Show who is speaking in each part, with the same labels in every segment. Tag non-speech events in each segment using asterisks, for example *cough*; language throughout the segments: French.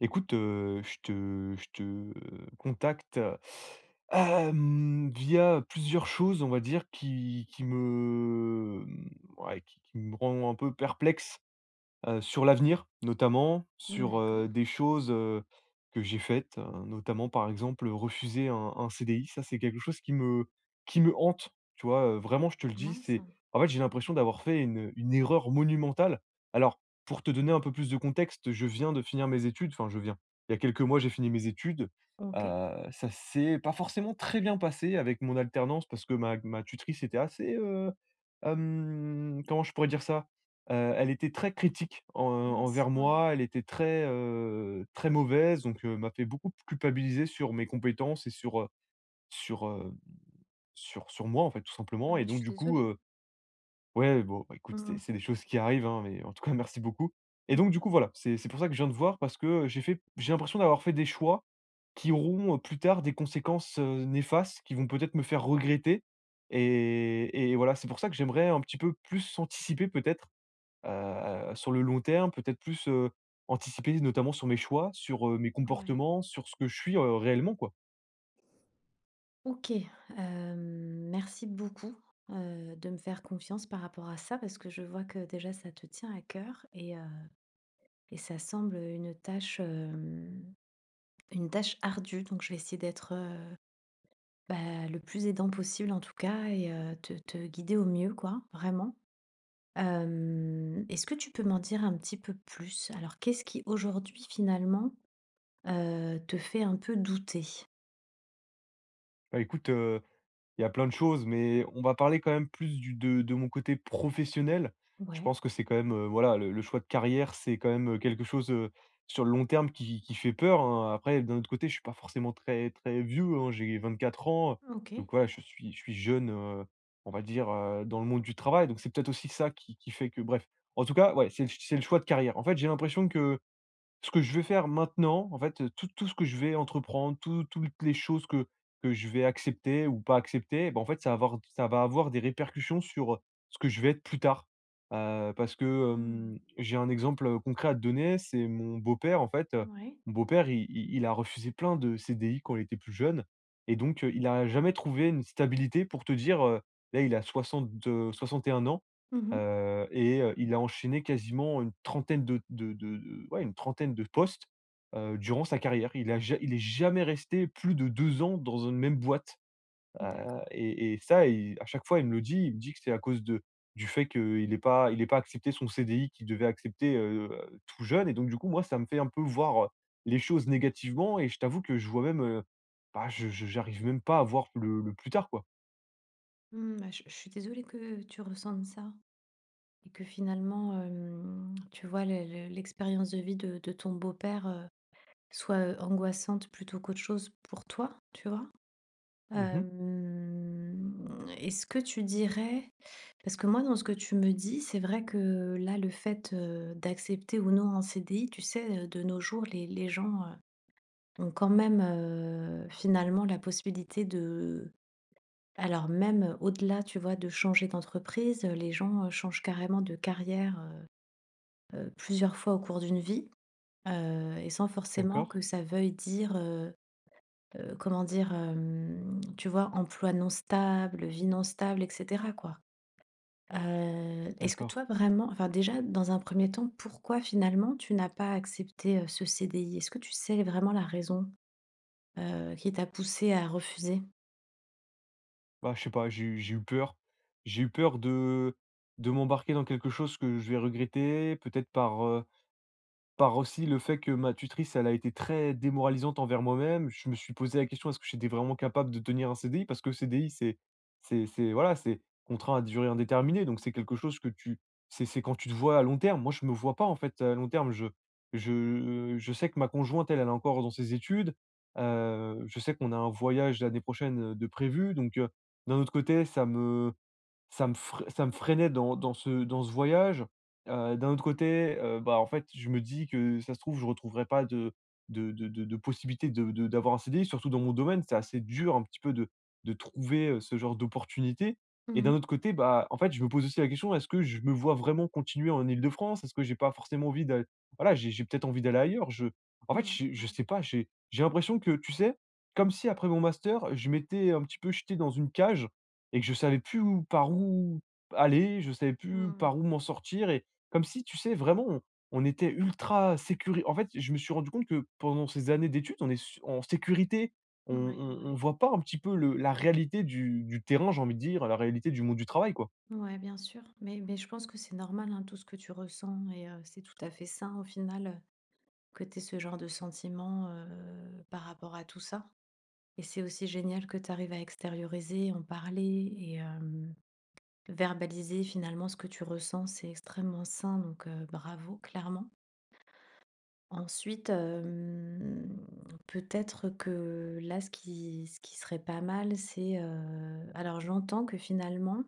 Speaker 1: Écoute, je te contacte, via plusieurs choses, on va dire, qui me, ouais, qui me rend un peu perplexe. Sur l'avenir, notamment, sur,
Speaker 2: D'accord.
Speaker 1: des choses, que j'ai faites, notamment, par exemple, refuser un CDI. Ça, c'est quelque chose qui me hante, tu vois? Vraiment, je te le dis,
Speaker 2: Mince.
Speaker 1: c'est en fait, j'ai l'impression d'avoir fait une erreur monumentale. Alors, pour te donner un peu plus de contexte, je viens de finir mes études, enfin, je viens. Il y a quelques mois, j'ai fini mes études.
Speaker 2: OK.
Speaker 1: Ça s'est pas forcément très bien passé avec mon alternance parce que ma tutrice était assez, comment je pourrais dire ça? Elle était très critique en
Speaker 2: Mince,
Speaker 1: envers
Speaker 2: ouais.
Speaker 1: moi, elle était très, très mauvaise, donc m'a fait beaucoup culpabiliser sur mes compétences et sur, sur, sur moi, en fait, tout simplement et
Speaker 2: Ouais, je
Speaker 1: donc
Speaker 2: suis
Speaker 1: du coup,
Speaker 2: désolée.
Speaker 1: ouais, bon, bah,
Speaker 2: Mmh
Speaker 1: écoute, c'est
Speaker 2: mh.
Speaker 1: c'est des choses qui arrivent, hein, mais en tout cas, *laughs* merci beaucoup et donc du
Speaker 2: Mmh.
Speaker 1: coup, voilà, c'est pour ça que je viens de voir parce que, j'ai l'impression d'avoir fait des choix qui auront, plus tard des conséquences, néfastes qui vont peut-être me faire regretter et voilà, c'est pour ça que j'aimerais un petit peu plus anticiper peut-être, sur le long terme, peut-être plus, anticiper notamment sur mes choix, sur, mes
Speaker 2: Ouais.
Speaker 1: comportements, sur ce que je suis, réellement quoi.
Speaker 2: OK, merci beaucoup, de me faire confiance par rapport à ça parce que je vois que déjà ça te tient à cœur et ça semble, une tâche ardue donc je vais essayer d'être, bah, le plus aidant possible en tout cas et te guider au mieux quoi, vraiment. Est-ce que tu peux m'en dire un petit peu plus? Alors qu'est-ce qui aujourd'hui finalement te fait un peu douter.
Speaker 1: Bah, écoute. Il y a plein de choses, mais on va parler quand même plus du de mon côté professionnel. Je
Speaker 2: Ouais,
Speaker 1: pense que c'est quand même, voilà, le choix de carrière, c'est quand même, quelque chose, sur le long terme qui fait peur, hein. Après, d'un autre côté, je suis pas forcément très très vieux, hein, j'ai 4 ans,
Speaker 2: OK.
Speaker 1: donc voilà, je suis jeune, on va dire, dans le monde du travail, donc c'est peut-être aussi ça qui fait que bref. En tout cas, ouais, c'est le choix de carrière. En fait, j'ai l'impression que ce que je vais faire maintenant, en fait, tout ce que je vais entreprendre, toutes les choses que je vais accepter ou pas accepter, eh ben en fait, ça va avoir des répercussions sur, ce que je vais être plus tard. Parce que,
Speaker 2: Mmh.
Speaker 1: j'ai un exemple, concret à te donner, c'est mon beau-père, en fait,
Speaker 2: Ouais.
Speaker 1: mon beau-père, il a refusé plein de CDI quand il était plus jeune et donc il a jamais trouvé une stabilité pour te dire, là, il a 61 ans.
Speaker 2: Mmh.
Speaker 1: Et il a enchaîné quasiment une trentaine ouais, une trentaine de postes, durant sa carrière. Il a ja il est jamais resté plus de 2 ans dans une même boîte, heu
Speaker 2: D'accord.
Speaker 1: et et ça il à chaque fois, il me le dit. Il me dit que c'est à cause de du fait qu'il ait pas accepté son CDI qu'il devait accepter, tout jeune et donc du coup, moi, ça me fait un peu voir, les choses négativement et je t'avoue que je vois même, bah, je j'arrive même pas à voir le plus tard, quoi.
Speaker 2: Mmh, bah, je suis désolée que tu ressentes ça et que finalement, tu vois, le l'expérience de vie de ton beau-père, soit, angoissante plutôt qu'autre chose pour toi, tu vois?
Speaker 1: Mmh.
Speaker 2: Hem, Est-ce que tu dirais parce que moi, dans ce que tu me dis, c'est vrai que là, le fait, d'accepter ou non un CDI, tu sais, de nos jours, les gens, ont quand même, finalement la possibilité de alors même, au-delà, tu vois, de changer d'entreprise, les gens, changent carrément de carrière, plusieurs fois au cours d'une vie, et sans forcément
Speaker 1: D'accord,
Speaker 2: que ça veuille dire, comment dire? Tu vois, emploi non stable, vie non stable et cetera, quoi. Est-ce que
Speaker 1: d'accord.
Speaker 2: toi vraiment enfin déjà, dans un premier temps, pourquoi finalement tu n'as pas accepté, ce CDI? Est-ce que tu sais vraiment la raison, qui t'a poussé à refuser?
Speaker 1: Bah, je sais pas, j'ai eu peur. J'ai eu peur de m'embarquer dans quelque chose que je vais regretter, peut-être par aussi le fait que ma tutrice, elle a été très démoralisante envers moi-même. Je me suis posé la question: «Est-ce que j'étais vraiment capable de tenir un CDI?» Parce que CDI, c'est voilà, c'est contraint à durée indéterminée, donc c'est quelque chose que tu c'est quand tu te vois à long terme. Moi, je me vois pas, en fait, à long terme. Je sais que ma conjointe, elle, elle est encore dans ses études. Je sais qu'on a un voyage l'année prochaine, de prévu, donc d'un autre côté, ça me freinait dans ce voyage. D'un autre côté, bah, en fait, je me dis que ça se trouve, je ne retrouverai pas de possibilité de d'avoir un CDI, surtout dans mon domaine, c'est assez dur un petit peu de trouver, ce genre d'opportunité et d'un
Speaker 2: Mmh.
Speaker 1: autre côté, bah, en fait, je me pose aussi la question: «Est-ce que je me vois vraiment continuer en Île-de-France? Est-ce que j'ai pas forcément envie d'aller voilà, j'ai peut-être envie d'aller ailleurs?» je en fait,
Speaker 2: Ouais,
Speaker 1: je
Speaker 2: ouais.
Speaker 1: sais pas, j'ai l'impression que, tu sais, comme si après mon master, je m'étais un petit peu jeté dans une cage et que je savais plus où par où aller, je savais plus
Speaker 2: Mmh.
Speaker 1: par où m'en sortir et comme si, tu sais, vraiment, on était ultra sécuri en fait, je me suis rendu compte que pendant ces années d'études, on est su en sécurité. On
Speaker 2: Ouais,
Speaker 1: on
Speaker 2: ouais.
Speaker 1: voit pas un petit peu le la réalité du terrain, j'ai envie de dire, la réalité du monde du travail, quoi.
Speaker 2: Ouais, bien sûr. Mais je pense que c'est normal, hein, tout ce que tu ressens et c'est tout à fait sain au final, que tu aies ce genre de sentiment, par rapport à tout ça. Et c'est aussi génial que tu arrives à extérioriser, en parler et verbaliser finalement ce que tu ressens. C'est extrêmement sain donc bravo, clairement. Ensuite, peut-être que là, ce qui serait pas mal, c'est, alors j'entends que finalement,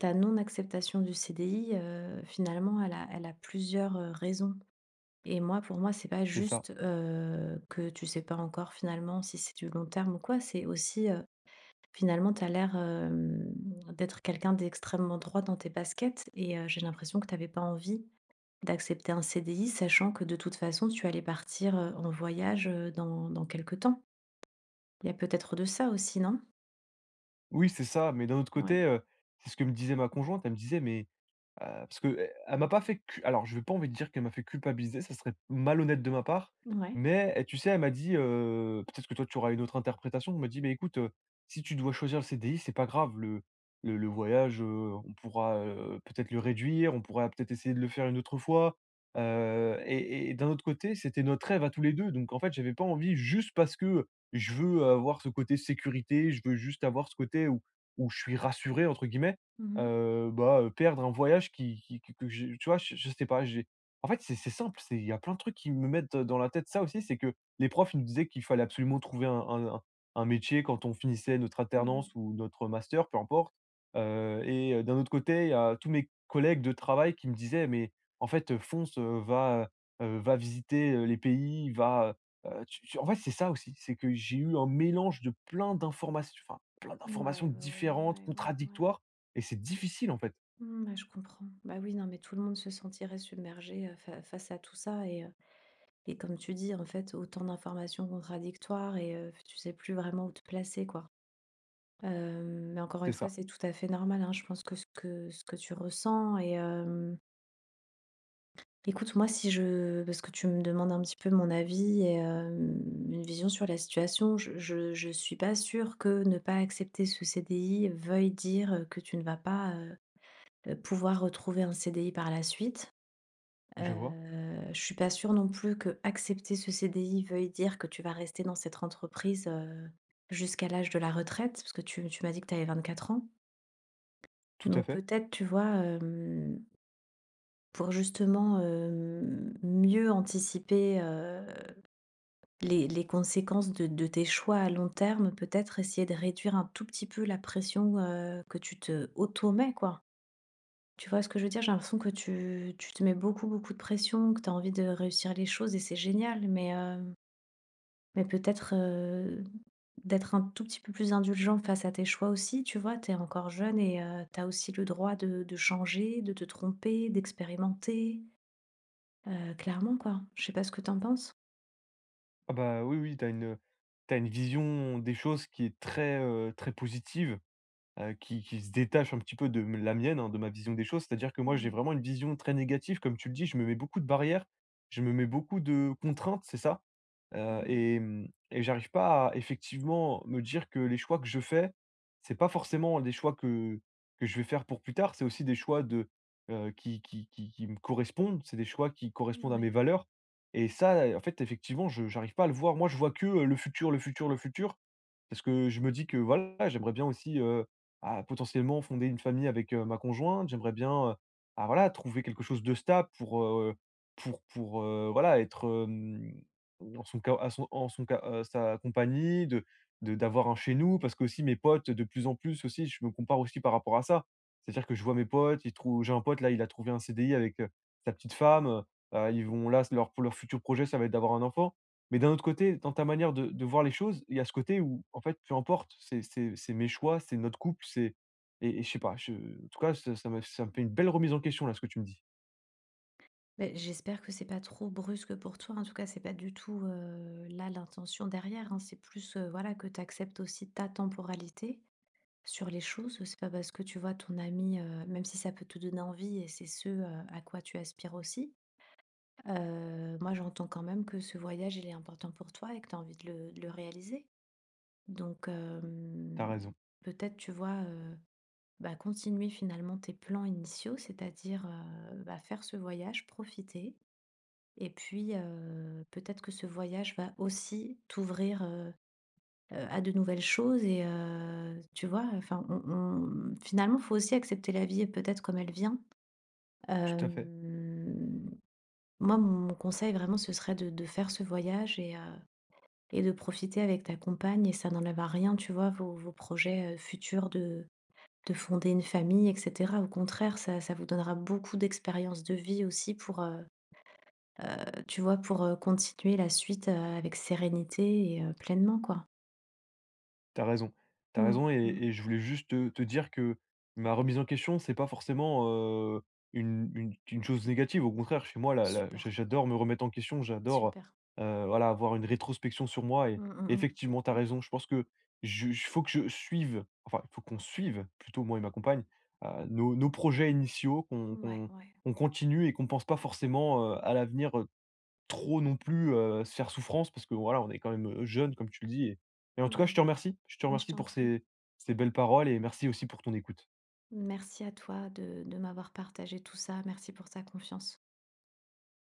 Speaker 2: ta non-acceptation du CDI, finalement, elle a plusieurs, raisons et moi, pour moi, c'est pas
Speaker 1: C'est ça.
Speaker 2: juste, que tu sais pas encore finalement si c'est du long terme ou quoi. C'est aussi, finalement, tu as l'air, d'être quelqu'un d'extrêmement droit dans tes baskets et j'ai l'impression que tu avais pas envie d'accepter un CDI, sachant que de toute façon, tu allais partir, en voyage, dans quelque temps. Il y a peut-être de ça aussi, non?
Speaker 1: Oui, c'est ça, mais d'un autre
Speaker 2: Ouais.
Speaker 1: côté, c'est ce que me disait ma conjointe, elle me disait: «Mais parce que elle m'a pas fait cu alors je vais pas envie de dire qu'elle m'a fait culpabiliser, ça serait malhonnête de ma part,
Speaker 2: Ouais.
Speaker 1: et tu sais, elle m'a dit, peut-être que toi tu auras une autre interprétation, elle m'a dit: mais écoute, si tu dois choisir le CDI, c'est pas grave, le voyage, on pourra, peut-être le réduire, on pourra peut-être essayer de le faire une autre fois». Et d'un autre côté, c'était notre rêve à tous les 2. Donc en fait, j'avais pas envie juste parce que je veux avoir ce côté sécurité, je veux juste avoir ce côté où «je suis rassuré» entre guillemets.
Speaker 2: Mmh mh.
Speaker 1: Bah, perdre un voyage qui que j'ai tu vois? Je sais pas, j'ai en fait, c'est simple, c'est il y a plein de trucs qui me mettent, dans la tête ça aussi, c'est que les profs, ils nous disaient qu'il fallait absolument trouver un métier quand on finissait notre
Speaker 2: Mmh.
Speaker 1: alternance ou notre master, peu importe. Et d'un autre côté, il y a tous mes collègues de travail qui me disaient: «Mais en fait, fonce, va, va visiter, les pays, va, tu en fait, c'est ça aussi, c'est que j'ai eu un mélange de plein d'informations, enfin, plein d'informations
Speaker 2: Ouais, ouais, ouais,
Speaker 1: différentes,
Speaker 2: ouais, ouais, ouais.
Speaker 1: contradictoires et c'est difficile, en fait.
Speaker 2: Mmh, ouais, je comprends. Bah, oui, non, mais tout le monde se sentirait submergé, fa face à tout ça et comme tu dis, en fait, autant d'informations contradictoires et tu sais plus vraiment où te placer, quoi. Mais encore
Speaker 1: C'est
Speaker 2: une fois,
Speaker 1: ça.
Speaker 2: c'est tout à fait normal, hein. Je pense que ce que tu ressens et écoute, moi, si je parce que tu me demandes un petit peu mon avis et une vision sur la situation, je suis pas sûre que ne pas accepter ce CDI veuille dire, que tu ne vas pas, pouvoir retrouver un CDI par la suite.
Speaker 1: Je vois,
Speaker 2: Je suis pas sûre non plus que accepter ce CDI veuille dire que tu vas rester dans cette entreprise, jusqu'à l'âge de la retraite, parce que tu m'as dit que tu avais 24 ans.
Speaker 1: tout à
Speaker 2: Donc
Speaker 1: fait.
Speaker 2: peut-être, tu vois, pour justement, mieux anticiper, les conséquences de tes choix à long terme, peut-être essayer de réduire un tout petit peu la pression, que tu te auto-mets, quoi. Tu vois ce que je veux dire? J'ai l'impression que tu te mets beaucoup, beaucoup de pression, que tu as envie de réussir les choses et c'est génial, mais peut-être, d'être un tout petit peu plus indulgent face à tes choix aussi, tu vois? Tu es encore jeune et tu as aussi le droit de changer, de te tromper, d'expérimenter, clairement, quoi. Je sais pas ce que t'en penses?
Speaker 1: Ah bah, oui, oui, t'as une vision des choses qui est très, très positive. Qui se détache un petit peu la mienne, hein, de ma vision des choses. C'est-à-dire que moi, j'ai
Speaker 2: Mmh.
Speaker 1: vraiment une vision très négative, comme tu le dis. Je me mets beaucoup de barrières, je me mets beaucoup de contraintes, c'est ça? Heu
Speaker 2: Mmh.
Speaker 1: et mmh et j'arrive pas à effectivement me dire que les choix que je fais, c'est pas forcément des choix que je vais faire pour plus tard. C'est aussi des choix qui me correspondent. C'est des choix qui correspondent à mes
Speaker 2: Ouais.
Speaker 1: valeurs et ça, en fait, effectivement, je j'arrive pas à le voir. Moi, je vois que, le futur, le futur, le futur parce que je me dis que, voilà, j'aimerais bien aussi, ah, potentiellement fonder une famille avec, ma conjointe. J'aimerais bien, ah, voilà, trouver quelque chose de stable pour, voilà, être, dans son ca à son en son ca sa compagnie, de d'avoir un chez nous parce que aussi mes potes de plus en plus aussi, je me compare aussi par rapport à ça. C'est-à-dire que je vois mes potes, ils trou j'ai un pote là, il a trouvé un CDI avec, sa petite femme, ils vont là, leur pour leur futur projet, ça va être d'avoir un enfant. Mais d'un autre côté, dans ta manière de voir les choses, il y a ce côté où en fait, peu importe, c'est mes choix, c'est notre couple, c'est et je sais pas, je en tout cas, ça me fait une belle remise en question là, ce que tu me dis.
Speaker 2: Beh, j'espère que c'est pas trop brusque pour toi. En tout cas, c'est pas du tout, là l'intention derrière, hein. C'est plus, voilà, que tu acceptes aussi ta temporalité sur les choses, c'est pas parce que tu vois ton ami, même si ça peut te donner envie et c'est ce, à quoi tu aspires aussi, moi j'entends quand même que ce voyage, il est important pour toi et que tu as envie de le réaliser. Donc,
Speaker 1: T'as raison,
Speaker 2: peut-être, tu vois, bah, continuer finalement tes plans initiaux, c'est-à-dire, bah, faire ce voyage, profiter et puis, peut-être que ce voyage va aussi t'ouvrir, à de nouvelles choses et tu vois? Enfin, on finalement, faut aussi accepter la vie et peut-être comme elle vient.
Speaker 1: tout à fait.
Speaker 2: Hem, Moi, mon conseil vraiment, ce serait de faire ce voyage et de profiter avec ta compagne et ça n'enlève à rien, tu vois, vos projets, futurs de fonder une famille et cetera. Au contraire, ça vous donnera beaucoup d'expériences de vie aussi pour, heu, tu vois, pour, continuer la suite, avec sérénité et pleinement, quoi.
Speaker 1: T'as raison, t'as
Speaker 2: Mmh
Speaker 1: raison et
Speaker 2: mh.
Speaker 1: et je voulais juste te dire que ma remise en question, c'est pas forcément, une chose négative. Au contraire, chez moi, la la
Speaker 2: Super,
Speaker 1: j'adore me remettre en question, j'adore,
Speaker 2: super.
Speaker 1: voilà, avoir une rétrospection sur moi et
Speaker 2: Mmh, mmh mh.
Speaker 1: effectivement, t'as raison. Je pense que je faut que je suive, enfin, il faut qu'on suive plutôt, moi et ma compagne, nos projets initiaux, qu'on
Speaker 2: Ouais,
Speaker 1: qu'on
Speaker 2: ouais.
Speaker 1: qu'on continue et qu'on pense pas forcément, à l'avenir, trop non plus, se faire souffrance parce que voilà, on est quand même, jeunes comme tu le dis et en tout cas je
Speaker 2: Mmh.
Speaker 1: te remercie. Je te
Speaker 2: Mais je
Speaker 1: remercie
Speaker 2: t'en
Speaker 1: pour
Speaker 2: prie.
Speaker 1: ces belles paroles et merci aussi pour ton écoute.
Speaker 2: Merci à toi de m'avoir partagé tout ça. Merci pour ta confiance.